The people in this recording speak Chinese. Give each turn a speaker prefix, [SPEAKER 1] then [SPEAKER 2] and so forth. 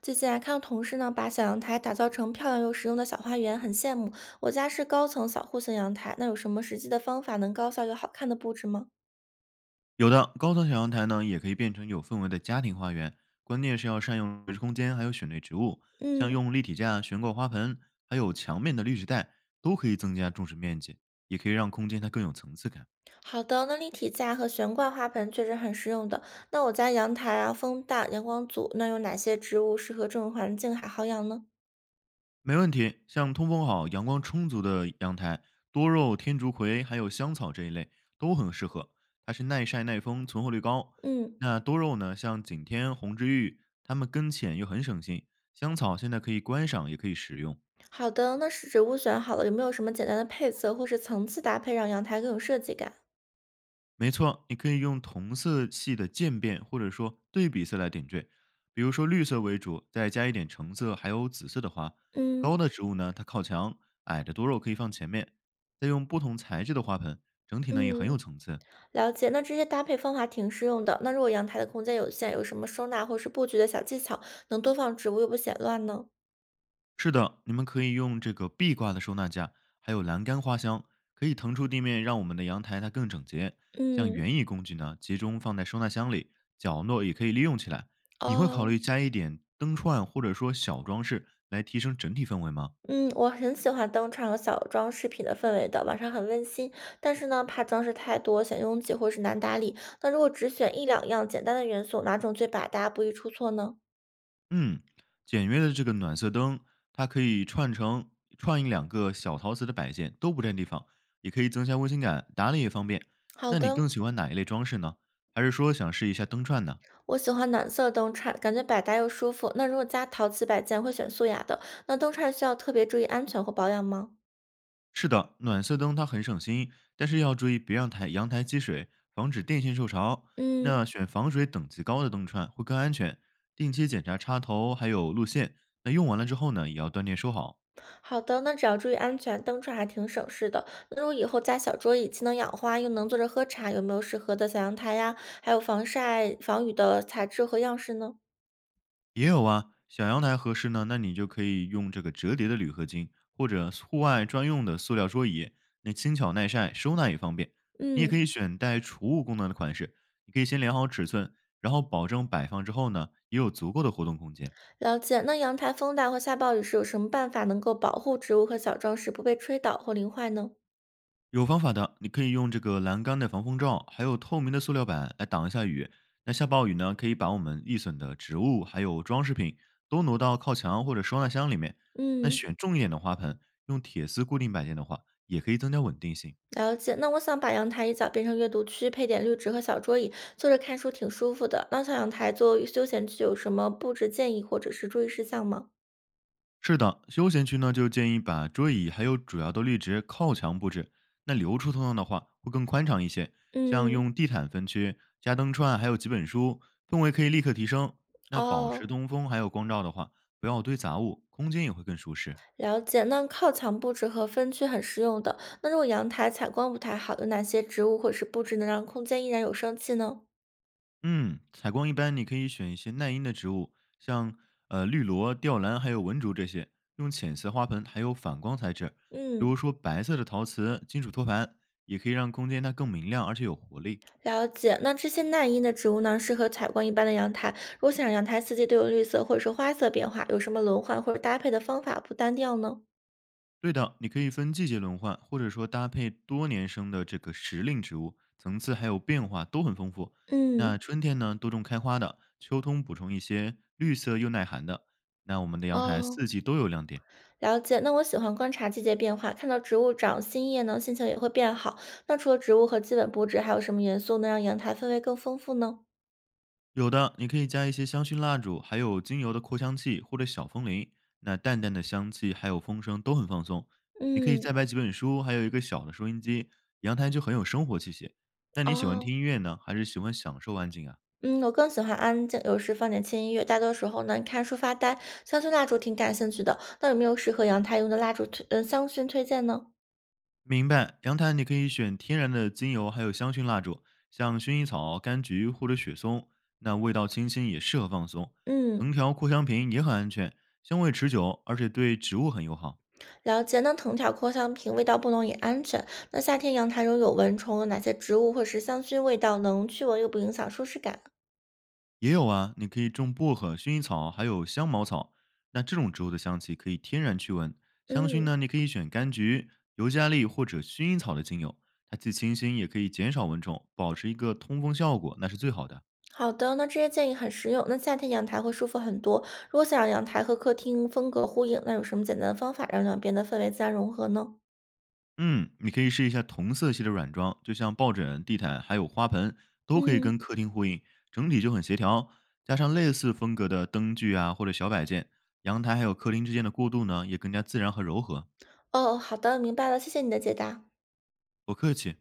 [SPEAKER 1] 最近啊，看到同事呢把小阳台打造成漂亮又实用的小花园，很羡慕。我家是高层小户型阳台，那有什么实际的方法能高效又好看的布置吗？
[SPEAKER 2] 有的高层小阳台呢，也可以变成有氛围的家庭花园，关键是要善用绿植空间，还有选对植物，像
[SPEAKER 1] 嗯，
[SPEAKER 2] 用立体架悬挂花盆，还有墙面的绿植带，都可以增加种植面积，也可以让空间它更有层次感。
[SPEAKER 1] 好的。那立体架和悬挂花盆确实很实用的。那我家阳台啊，风大，阳光足，那有哪些植物适合这种环境还好养呢？
[SPEAKER 2] 没问题，像通风好、阳光充足的阳台，多肉、天竺葵还有香草这一类都很适合，它是耐晒、耐风，存活率高。
[SPEAKER 1] 嗯，
[SPEAKER 2] 那多肉呢，像景天、红之玉，它们根浅又很省心。香草现在可以观赏，也可以食用。
[SPEAKER 1] 好的。那是植物选好了，有没有什么简单的配色或是层次搭配，让阳台更有设计感？
[SPEAKER 2] 没错，你可以用同色系的渐变或者说对比色来点缀，比如说绿色为主，再加一点橙色，还有紫色的花。
[SPEAKER 1] 嗯
[SPEAKER 2] 高的植物呢，它靠墙；矮的多肉可以放前面。再用不同材质的花盆，整体呢也很有
[SPEAKER 1] 嗯。
[SPEAKER 2] 层次。
[SPEAKER 1] 了解，那这些搭配方法挺实用的。那如果阳台的空间有限，有什么收纳或是布局的小技巧，能多放植物又不显乱呢？
[SPEAKER 2] 是的，你们可以用这个壁挂的收纳架，还有栏杆花箱，可以腾出地面，让我们的阳台它更整洁。像
[SPEAKER 1] 嗯，
[SPEAKER 2] 园艺工具呢，集中放在收纳箱里，角落也可以利用起来。你会考
[SPEAKER 1] 哦，
[SPEAKER 2] 虑加一点灯串或者说小装饰来提升整体氛围吗？
[SPEAKER 1] 嗯，我很喜欢灯串和小装饰品的氛围的，晚上很温馨。但是呢，怕装饰太多显拥挤或是难打理。那如果只选一两样简单的元素，哪种最百搭，不易出错呢？
[SPEAKER 2] 嗯，简约的这个暖色灯，它可以串成串一两个小陶瓷的摆件，都不占地方，也可以增加温馨感，打理也方便。
[SPEAKER 1] 好
[SPEAKER 2] 那你更
[SPEAKER 1] 的，
[SPEAKER 2] 喜欢哪一类装饰呢？还是说想试一下灯串呢？
[SPEAKER 1] 我喜欢暖色灯串，感觉百搭又舒服。那如果加陶瓷摆件，会选素雅的。那灯串需要特别注意安全或保养吗？
[SPEAKER 2] 是的，暖色灯它很省心，但是要注意别让台阳台积水，防止电线受潮。
[SPEAKER 1] 嗯。
[SPEAKER 2] 那选防水等级高的灯串会更安全。定期检查插头还有路线。那用完了之后呢，也要断电收好。
[SPEAKER 1] 好的，那只要注意安全，登船还挺省事的。那如果以后加小桌椅，既能养花，又能坐着喝茶，有没有适合的小阳台呀？还有防晒、防雨的材质和样式呢？
[SPEAKER 2] 也有啊，小阳台合适呢，那你就可以用这个折叠的铝合金或者户外专用的塑料桌椅，那轻巧耐晒，收纳也方便。你也可
[SPEAKER 1] 嗯，
[SPEAKER 2] 以选带储物功能的款式，你可以先量好尺寸，然后保证摆放之后呢，也有足够的活动空间。
[SPEAKER 1] 了解。那阳台风大或下暴雨时，有什么办法能够保护植物和小装饰不被吹倒或淋坏呢？
[SPEAKER 2] 有方法的，你可以用这个栏杆的防风罩，还有透明的塑料板来挡一下雨。那下暴雨呢，可以把我们易损的植物还有装饰品都挪到靠墙或者收纳箱里面。那
[SPEAKER 1] 嗯，
[SPEAKER 2] 选重一点的花盆，用铁丝固定摆件的话，也可以增加稳定性。
[SPEAKER 1] 了解。那我想把阳台一角变成阅读区，配点绿植和小桌椅，坐着看书挺舒服的。那小阳台做休闲区有什么布置建议或者是注意事项吗？
[SPEAKER 2] 是的，休闲区呢就建议把桌椅还有主要的绿植靠墙布置，那留出通道的话会更宽敞一些。像
[SPEAKER 1] 嗯，
[SPEAKER 2] 用地毯分区、加灯串，还有几本书，氛围可以立刻提升。那保持
[SPEAKER 1] 哦，
[SPEAKER 2] 通风还有光照的话，不要堆杂物，空间也会更舒适。
[SPEAKER 1] 了解，那靠墙布置和分区很实用的。那如果阳台采光不太好，有哪些植物或者是布置能让空间依然有生气呢？
[SPEAKER 2] 嗯，采光一般你可以选一些耐阴的植物，像绿萝、吊兰还有文竹这些，用浅色花盆还有反光材质，比
[SPEAKER 1] 嗯，
[SPEAKER 2] 如说白色的陶瓷、金属托盘，也可以让空间它更明亮而且有活力。
[SPEAKER 1] 了解。那这些耐阴的植物呢，适合采光一般的阳台。如果想让阳台四季都有绿色或者是花色变化，有什么轮换或者搭配的方法不单调呢？
[SPEAKER 2] 对的，你可以分季节轮换，或者说搭配多年生的这个时令植物，层次还有变化都很丰富。那
[SPEAKER 1] 嗯，
[SPEAKER 2] 春天呢，多种开花的；秋冬补充一些绿色又耐寒的。那我们的阳台
[SPEAKER 1] 哦，
[SPEAKER 2] 四季都有亮点，
[SPEAKER 1] 了解。那我喜欢观察季节变化，看到植物长新叶呢，心情也会变好。那除了植物和基本布置，还有什么元素能让阳台氛围更丰富呢？
[SPEAKER 2] 有的你可以加一些香薰蜡烛，还有精油的扩香器或者小风铃，那淡淡的香气还有风声都很放松。你可以再
[SPEAKER 1] 嗯，
[SPEAKER 2] 摆几本书，还有一个小的收音机，阳台就很有生活气息。那你喜欢
[SPEAKER 1] 哦。
[SPEAKER 2] 听音乐呢，还是喜欢享受安静啊？
[SPEAKER 1] 嗯，我更喜欢安静，有时放点轻音乐。大多时候呢，看书发呆。香薰蜡烛挺感兴趣的，那有没有适合阳台用的蜡烛推，嗯，香薰推荐呢？
[SPEAKER 2] 明白，阳台你可以选天然的精油，还有香薰蜡烛，像薰衣草、柑橘或者雪松，那味道清新，也适合放松。藤
[SPEAKER 1] 嗯，
[SPEAKER 2] 条扩香瓶也很安全，香味持久，而且对植物很友好。
[SPEAKER 1] 了解。那藤条扩香瓶味道不浓也安全。那夏天阳台中有蚊虫，有哪些植物或是香薰味道能驱蚊又不影响舒适感？
[SPEAKER 2] 也有啊，你可以种薄荷、薰衣草，还有香茅草，那这种植物的香气可以天然驱蚊。香薰
[SPEAKER 1] 嗯，
[SPEAKER 2] 呢，你可以选柑橘、尤加利或者薰衣草的精油，它既清新，也可以减少蚊虫，保持一个通风效果，那是最好的。
[SPEAKER 1] 好的。那这些建议很实用。那夏天阳台会舒服很多。如果想让阳台和客厅风格呼应，那有什么简单的方法让两边的氛围自然融合呢？
[SPEAKER 2] 嗯，你可以试一下同色系的软装，就像抱枕、地毯还有花盆，都可以
[SPEAKER 1] 嗯，
[SPEAKER 2] 跟客厅呼应，整体就很协调。加上类似风格的灯具啊或者小摆件，阳台还有客厅之间的过渡呢也更加自然和柔和。
[SPEAKER 1] 哦，好的，明白了，谢谢你的解答。
[SPEAKER 2] 不客气。